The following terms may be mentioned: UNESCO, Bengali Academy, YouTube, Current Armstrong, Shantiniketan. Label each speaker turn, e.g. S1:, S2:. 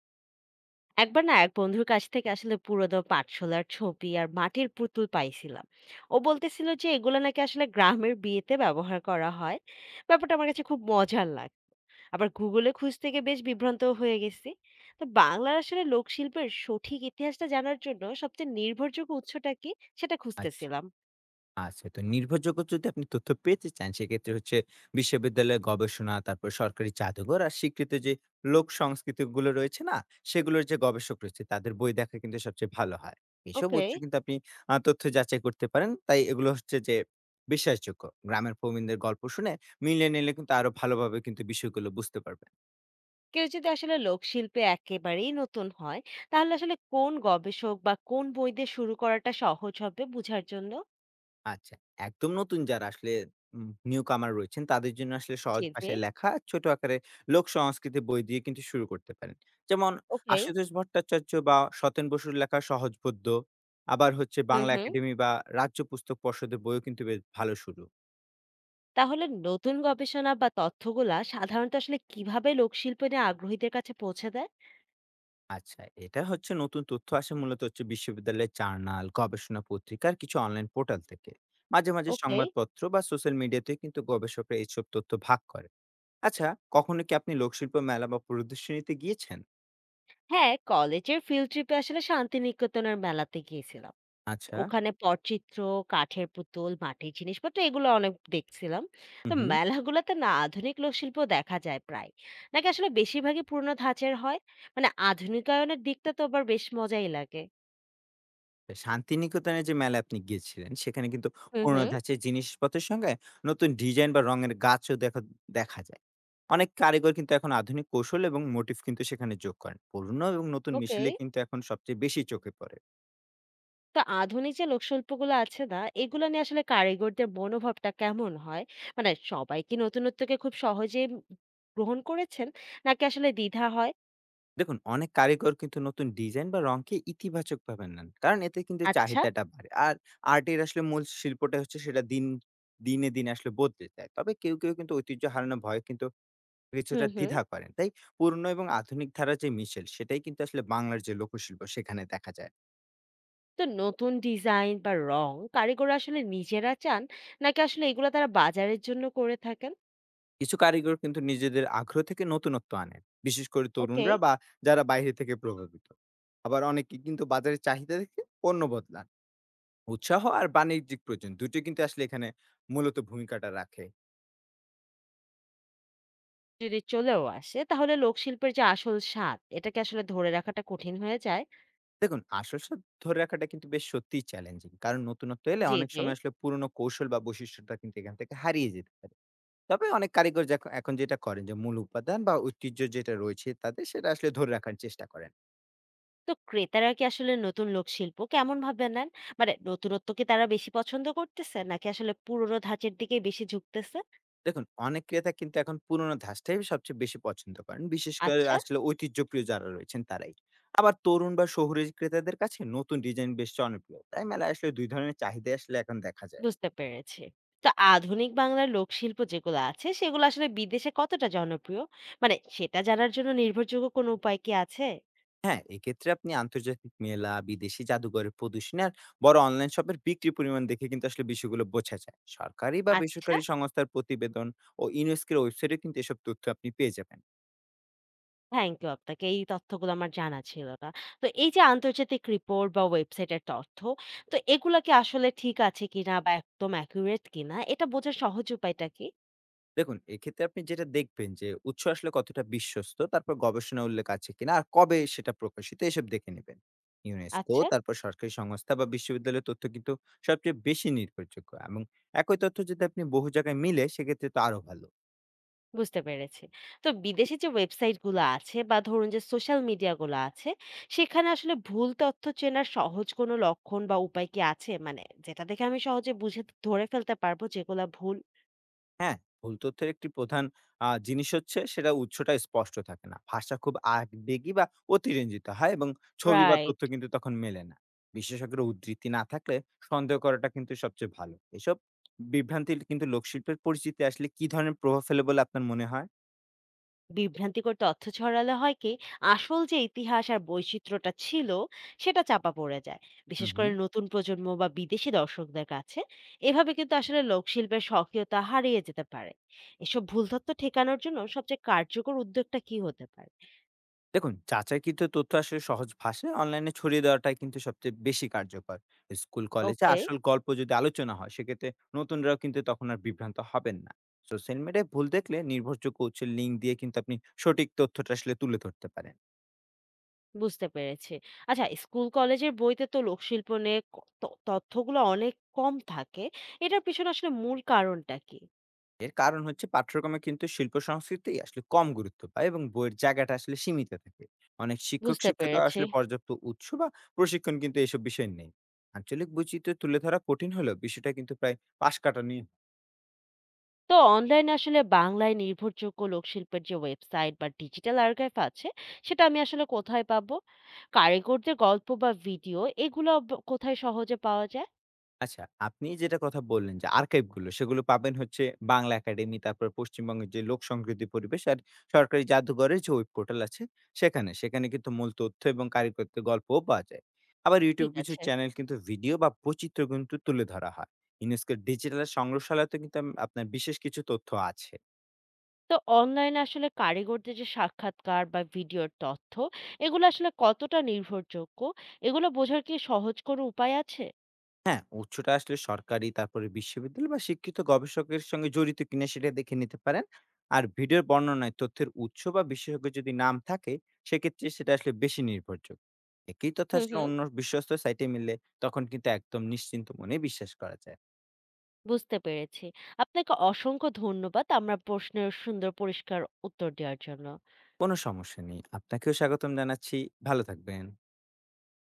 S1: একবার না এক বন্ধুর কাছ থেকে আসলে পুরোনো পাঠশালার ছবি আর মাটির পুতুল পাইছিলাম। ও বলতেছিল যে এগুলো নাকি আসলে গ্রামের বিয়েতে ব্যবহার করা হয়। ব্যাপারটা আমার কাছে খুব মজার লাগ, আবার গুগলে খুঁজতে গিয়ে বেশ বিভ্রান্ত হয়ে গেছি। তো বাংলার আসলে লোকশিল্পের সঠিক ইতিহাসটা জানার জন্য সবচেয়ে নির্ভরযোগ্য উৎসটা কি সেটা
S2: আচ্ছা,
S1: খুঁজতেছিলাম।
S2: আচ্ছা। তো নির্ভরযোগ্য যদি আপনি তথ্য পেতে চান, সেক্ষেত্রে হচ্ছে বিশ্ববিদ্যালয়ের গবেষণা, তারপর সরকারি জাদুঘর আর স্বীকৃত যে লোক সংস্কৃতিগুলো রয়েছে না, সেগুলোর যে গবেষক রয়েছে, তাদের বই দেখা কিন্তু সবচেয়ে ভালো হয়। এসব
S1: ওকে,
S2: উৎস কিন্তু আপনি তথ্য যাচাই করতে পারেন। তাই এগুলো হচ্ছে যে বিশ্বাসযোগ্য। গ্রামের প্রবীণদের গল্প শুনে মিলিয়ে নিলে কিন্তু আরো ভালোভাবে কিন্তু বিষয়গুলো বুঝতে পারবেন।
S1: কেউ যদি আসলে লোকশিল্পে একেবারেই নতুন হয় তাহলে আসলে কোন গবেষক বা কোন বই দিয়ে শুরু করাটা সহজ হবে বোঝার জন্য।
S2: আচ্ছা। একদম নতুন যারা আসলে নিউ কামার রয়েছেন তাদের জন্য আসলে সহজ
S1: জি, জি।
S2: ভাষায় লেখা ছোট আকারে লোক সংস্কৃতি বই দিয়ে কিন্তু শুরু করতে পারেন। যেমন
S1: ওকে।
S2: আশুতোষ ভট্টাচার্য বা সতেন বসুর লেখা সহজবোধ্য। আবার হচ্ছে
S1: হুম,
S2: বাংলা
S1: হুম।
S2: একাডেমি বা রাজ্য পুস্তক পর্ষদের বইও কিন্তু বেশ ভালো শুরু।
S1: তাহলে নতুন গবেষণা বা তথ্যগুলা সাধারণত আসলে কিভাবে লোকশিল্প নিয়ে আগ্রহীদের কাছে পৌঁছে দেয়?
S2: আচ্ছা, এটা হচ্ছে নতুন তথ্য আসে মূলত হচ্ছে বিশ্ববিদ্যালয়ের জার্নাল, গবেষণা পত্রিকার কিছু অনলাইন পোর্টাল থেকে। মাঝে মাঝে
S1: ওকে।
S2: সংবাদপত্র বা সোশ্যাল মিডিয়াতেও কিন্তু গবেষকরা এইসব তথ্য ভাগ করে। আচ্ছা, কখনো কি আপনি লোকশিল্প মেলা বা প্রদর্শনীতে গিয়েছেন?
S1: হ্যাঁ, কলেজের ফিল্ড ট্রিপে আসলে শান্তিনিকেতনের মেলাতে গিয়েছিলাম।
S2: আচ্ছা।
S1: ওখানে পটচিত্র, কাঠের পুতুল, মাটির জিনিসপত্র এগুলো অনেক দেখছিলাম।
S2: হুম,
S1: তো
S2: হুম।
S1: মেলাগুলোতে না আধুনিক লোকশিল্প দেখা যায় প্রায়। নাকি আসলে বেশিরভাগই পুরোনো ধাঁচের হয়? মানে আধুনিকায়নের দিকটা তো আবার বেশ মজাই লাগে।
S2: শান্তিনিকেতনের যে মেলায় আপনি গিয়েছিলেন, সেখানে কিন্তু
S1: হুম,
S2: পুরোনো
S1: হুম।
S2: ধাঁচের জিনিসপত্রের সঙ্গে নতুন ডিজাইন বা রঙের গাছও দেখা দেখা যায়। অনেক কারিগর কিন্তু এখন আধুনিক কৌশল এবং মোটিফ কিন্তু সেখানে যোগ করেন। পুরনো এবং নতুন
S1: ওকে।
S2: মিশেলে কিন্তু এখন সবচেয়ে বেশি চোখে পড়ে।
S1: তো আধুনিক যে লোকশিল্পগুলো আছে না, এগুলো নিয়ে আসলে কারিগরদের মনোভাবটা কেমন হয়? মানে সবাই কি নতুনত্বকে খুব সহজেই গ্রহণ করেছেন? নাকি আসলে দ্বিধা হয়?
S2: দেখুন, অনেক কারিগর কিন্তু নতুন ডিজাইন বা রংকে ইতিবাচকভাবে নেন। কারণ এতে কিন্তু
S1: আচ্ছা।
S2: চাহিদাটা বাড়ে। আর আর্টের আসলে মূল শিল্পটা হচ্ছে সেটা দিনে দিনে আসলে বদলে যায়। তবে কেউ কেউ কিন্তু ঐতিহ্য হারানোর ভয়ে কিন্তু
S1: হুম,
S2: কিছুটা
S1: হুম।
S2: দ্বিধা করেন। তাই পুরনো এবং আধুনিক ধারার যে মিশেল সেটাই কিন্তু আসলে বাংলার যে লোকশিল্প সেখানে দেখা যায়।
S1: তো নতুন ডিজাইন বা রং কারিগররা আসলে নিজেরা চান? নাকি আসলে এগুলো তারা বাজারের জন্য করে থাকেন?
S2: কিছু কারিগর কিন্তু নিজেদের আগ্রহ থেকে নতুনত্ব আনেন। বিশেষ করে
S1: ওকে।
S2: তরুণরা বা যারা বাইরে থেকে প্রভাবিত। আবার অনেকে কিন্তু বাজারের চাহিদা দেখে পণ্য বদলান। উৎসাহ আর বাণিজ্যিক প্রয়োজন দুটোই কিন্তু আসলে এখানে মূলত ভূমিকাটা রাখে।
S1: যদি চলেও আসে তাহলে লোকশিল্পের যে আসল স্বাদ, এটাকে আসলে ধরে রাখাটা কঠিন হয়ে যায়?
S2: দেখুন আসল স্বাদ ধরে রাখাটা কিন্তু বেশ সত্যিই চ্যালেঞ্জিং। কারণ নতুনত্ব এলে
S1: জি,
S2: অনেক
S1: জি।
S2: সময় আসলে পুরনো কৌশল বা বৈশিষ্ট্যটা কিন্তু এখান থেকে হারিয়ে যেতে পারে। তবে অনেক কারিগর এখন যেটা করেন যে মূল উপাদান বা ঐতিহ্য যেটা রয়েছে তাদের সেটা আসলে ধরে রাখার চেষ্টা করেন।
S1: তো ক্রেতারা কি আসলে নতুন লোকশিল্প কেমন ভাবে নেন? মানে নতুনত্ব কি তারা বেশি পছন্দ করতেছে নাকি আসলে পুরোনো ধাঁচের দিকেই বেশি ঝুঁকতেছে?
S2: দেখুন অনেক ক্রেতা কিন্তু এখন পুরনো ধাঁচটাই সবচেয়ে বেশি পছন্দ করেন। বিশেষ করে
S1: আচ্ছা।
S2: আসলে ঐতিহ্যপ্রিয় যারা রয়েছেন তারাই। আবার তরুণ বা শহুরে ক্রেতাদের কাছে নতুন ডিজাইন বেশ জনপ্রিয়। তাই মেলায় আসলে ২ ধরনের চাহিদাই আসলে এখন দেখা যায়।
S1: বুঝতে পেরেছি। তো আধুনিক বাংলার লোকশিল্প যেগুলো আছে সেগুলো আসলে বিদেশে কতটা জনপ্রিয়? মানে সেটা জানার জন্য নির্ভরযোগ্য কোনো উপায় কি আছে?
S2: হ্যাঁ, এক্ষেত্রে আপনি আন্তর্জাতিক মেলা, বিদেশি জাদুঘরের প্রদর্শনী আর বড় অনলাইন শপের বিক্রির পরিমাণ দেখে কিন্তু আসলে বিষয়গুলো বোঝা যায়। সরকারি বা
S1: আচ্ছা।
S2: বেসরকারি সংস্থার প্রতিবেদন ও ইউনেস্কোর ওয়েবসাইটে কিন্তু এসব তথ্য আপনি পেয়ে যাবেন।
S1: থ্যাংক ইউ আপনাকে। এই তথ্যগুলো আমার জানা ছিল না। তো এই যে আন্তর্জাতিক রিপোর্ট বা ওয়েবসাইটের তথ্য, তো এগুলা কি আসলে ঠিক আছে কিনা বা একদম অ্যাকুরেট কিনা এটা বোঝার সহজ উপায়টা কি?
S2: দেখুন, এক্ষেত্রে আপনি যেটা দেখবেন যে উৎস আসলে কতটা বিশ্বস্ত, তারপর গবেষণা উল্লেখ আছে কিনা আর কবে সেটা প্রকাশিত এসব দেখে নেবেন। ইউনেস্কো,
S1: আচ্ছা।
S2: তারপর সরকারি সংস্থা বা বিশ্ববিদ্যালয়ের তথ্য কিন্তু সবচেয়ে বেশি নির্ভরযোগ্য এবং একই তথ্য যদি আপনি বহু জায়গায় মিলে সেক্ষেত্রে তো আরো ভালো।
S1: বুঝতে পেরেছি। তো বিদেশি যে ওয়েবসাইট গুলো আছে বা ধরুন যে সোশ্যাল মিডিয়া গুলো আছে, সেখানে আসলে ভুল তথ্য চেনার সহজ কোনো লক্ষণ বা উপায় কি আছে? মানে যেটা দেখে আমি সহজে বুঝে ধরে ফেলতে পারবো যেগুলা ভুল।
S2: হ্যাঁ, ভুল তথ্যের একটি প্রধান জিনিস হচ্ছে সেটা উৎসটা স্পষ্ট থাকে না। ভাষা খুব আবেগী বা অতিরঞ্জিত হয় এবং ছবি বা
S1: রাইট।
S2: তথ্য কিন্তু তখন মেলে না। বিশেষজ্ঞের উদ্ধৃতি না থাকলে সন্দেহ করাটা কিন্তু সবচেয়ে ভালো। এসব বিভ্রান্তির কিন্তু লোকশিল্পের পরিচিতি আসলে কি ধরনের প্রভাব ফেলে বলে আপনার মনে হয়?
S1: বিভ্রান্তিকর তথ্য ছড়ালে হয় কি, আসল যে ইতিহাস আর বৈচিত্র্যটা ছিল, সেটা চাপা পড়ে যায়।
S2: হু,
S1: বিশেষ
S2: হু।
S1: করে নতুন প্রজন্ম বা বিদেশি দর্শকদের কাছে। এভাবে কিন্তু আসলে লোকশিল্পের স্বকীয়তা হারিয়ে যেতে পারে। এসব ভুল তথ্য ঠেকানোর জন্য সবচেয়ে কার্যকর উদ্যোগটা কি হতে পারে?
S2: দেখুন চাচাকৃত তথ্য আসলে সহজ ভাষায় অনলাইনে ছড়িয়ে দেওয়াটাই কিন্তু সবচেয়ে বেশি কার্যকর। স্কুল কলেজে
S1: ওকে,
S2: আসল গল্প যদি আলোচনা হয় সেক্ষেত্রে নতুনরাও কিন্তু তখন আর বিভ্রান্ত হবেন না। সোশ্যাল মিডিয়ায় ভুল দেখলে নির্ভরযোগ্য উৎসের লিঙ্ক দিয়ে কিন্তু আপনি সঠিক তথ্যটা আসলে তুলে ধরতে পারেন।
S1: বুঝতে পেরেছি। আচ্ছা, স্কুল কলেজের বইতে তো লোকশিল্প নিয়ে ক ত তথ্যগুলো অনেক কম থাকে। এটার পিছনে আসলে মূল কারণটা কি?
S2: এর কারণ হচ্ছে পাঠ্যক্রমে কিন্তু শিল্প সংস্কৃতি আসলে কম গুরুত্ব পায় এবং বইয়ের জায়গাটা আসলে সীমিত থাকে। অনেক শিক্ষক
S1: বুঝতে
S2: শিক্ষিকা
S1: পেরেছি।
S2: আসলে পর্যাপ্ত উৎস বা প্রশিক্ষণ কিন্তু এইসব বিষয় নেই। আঞ্চলিক বৈচিত্র্য তুলে ধরা কঠিন হলেও বিষয়টা কিন্তু প্রায় পাশ কাটানি।
S1: তো অনলাইনে আসলে বাংলায় নির্ভরযোগ্য লোকশিল্পের যে ওয়েবসাইট বা ডিজিটাল আর্কাইভ আছে, সেটা আমি আসলে কোথায় পাবো? কারিগরদের গল্প বা ভিডিও এগুলো কোথায় সহজে পাওয়া যায়?
S2: আচ্ছা, আপনি যেটা কথা বললেন যে আর্কাইভ গুলো সেগুলো পাবেন হচ্ছে বাংলা একাডেমি, তারপর পশ্চিমবঙ্গের যে লোক সংস্কৃতি পরিবেশ আর সরকারি জাদুঘরের যে ওয়েব পোর্টাল আছে সেখানে। সেখানে কিন্তু মূল তথ্য এবং কারিগরদের গল্পও পাওয়া যায়। আবার
S1: ঠিক
S2: YouTube কিছু
S1: আছে।
S2: চ্যানেল কিন্তু ভিডিও বা বৈচিত্র্য কিন্তু তুলে ধরা হয়। ইউনেস্কোর ডিজিটাল সংগ্রহশালাতে কিন্তু আপনার বিশেষ কিছু তথ্য আছে।
S1: তো অনলাইনে আসলে কারিগরদের যে সাক্ষাৎকার বা ভিডিওর তথ্য, এগুলো আসলে কতটা নির্ভরযোগ্য? এগুলো বোঝার কি সহজ কোনো উপায় আছে?
S2: হ্যাঁ, উৎসটা আসলে সরকারি, তারপরে বিশ্ববিদ্যালয় বা শিক্ষিত গবেষকের সঙ্গে জড়িত কিনা সেটা দেখে নিতে পারেন। আর ভিডিওর বর্ণনায় তথ্যের উৎস বা বিশেষজ্ঞের যদি নাম থাকে, সেক্ষেত্রে সেটা আসলে বেশি নির্ভরযোগ্য। একই তথ্য
S1: হুম,
S2: আসলে
S1: হুম।
S2: অন্য বিশ্বস্ত সাইটে মিললে তখন কিন্তু একদম নিশ্চিন্ত মনে বিশ্বাস করা যায়।
S1: বুঝতে পেরেছি। আপনাকে অসংখ্য ধন্যবাদ আমার প্রশ্নের সুন্দর পরিষ্কার উত্তর দেওয়ার জন্য।
S2: কোনো সমস্যা নেই। আপনাকেও স্বাগতম জানাচ্ছি। ভালো থাকবেন।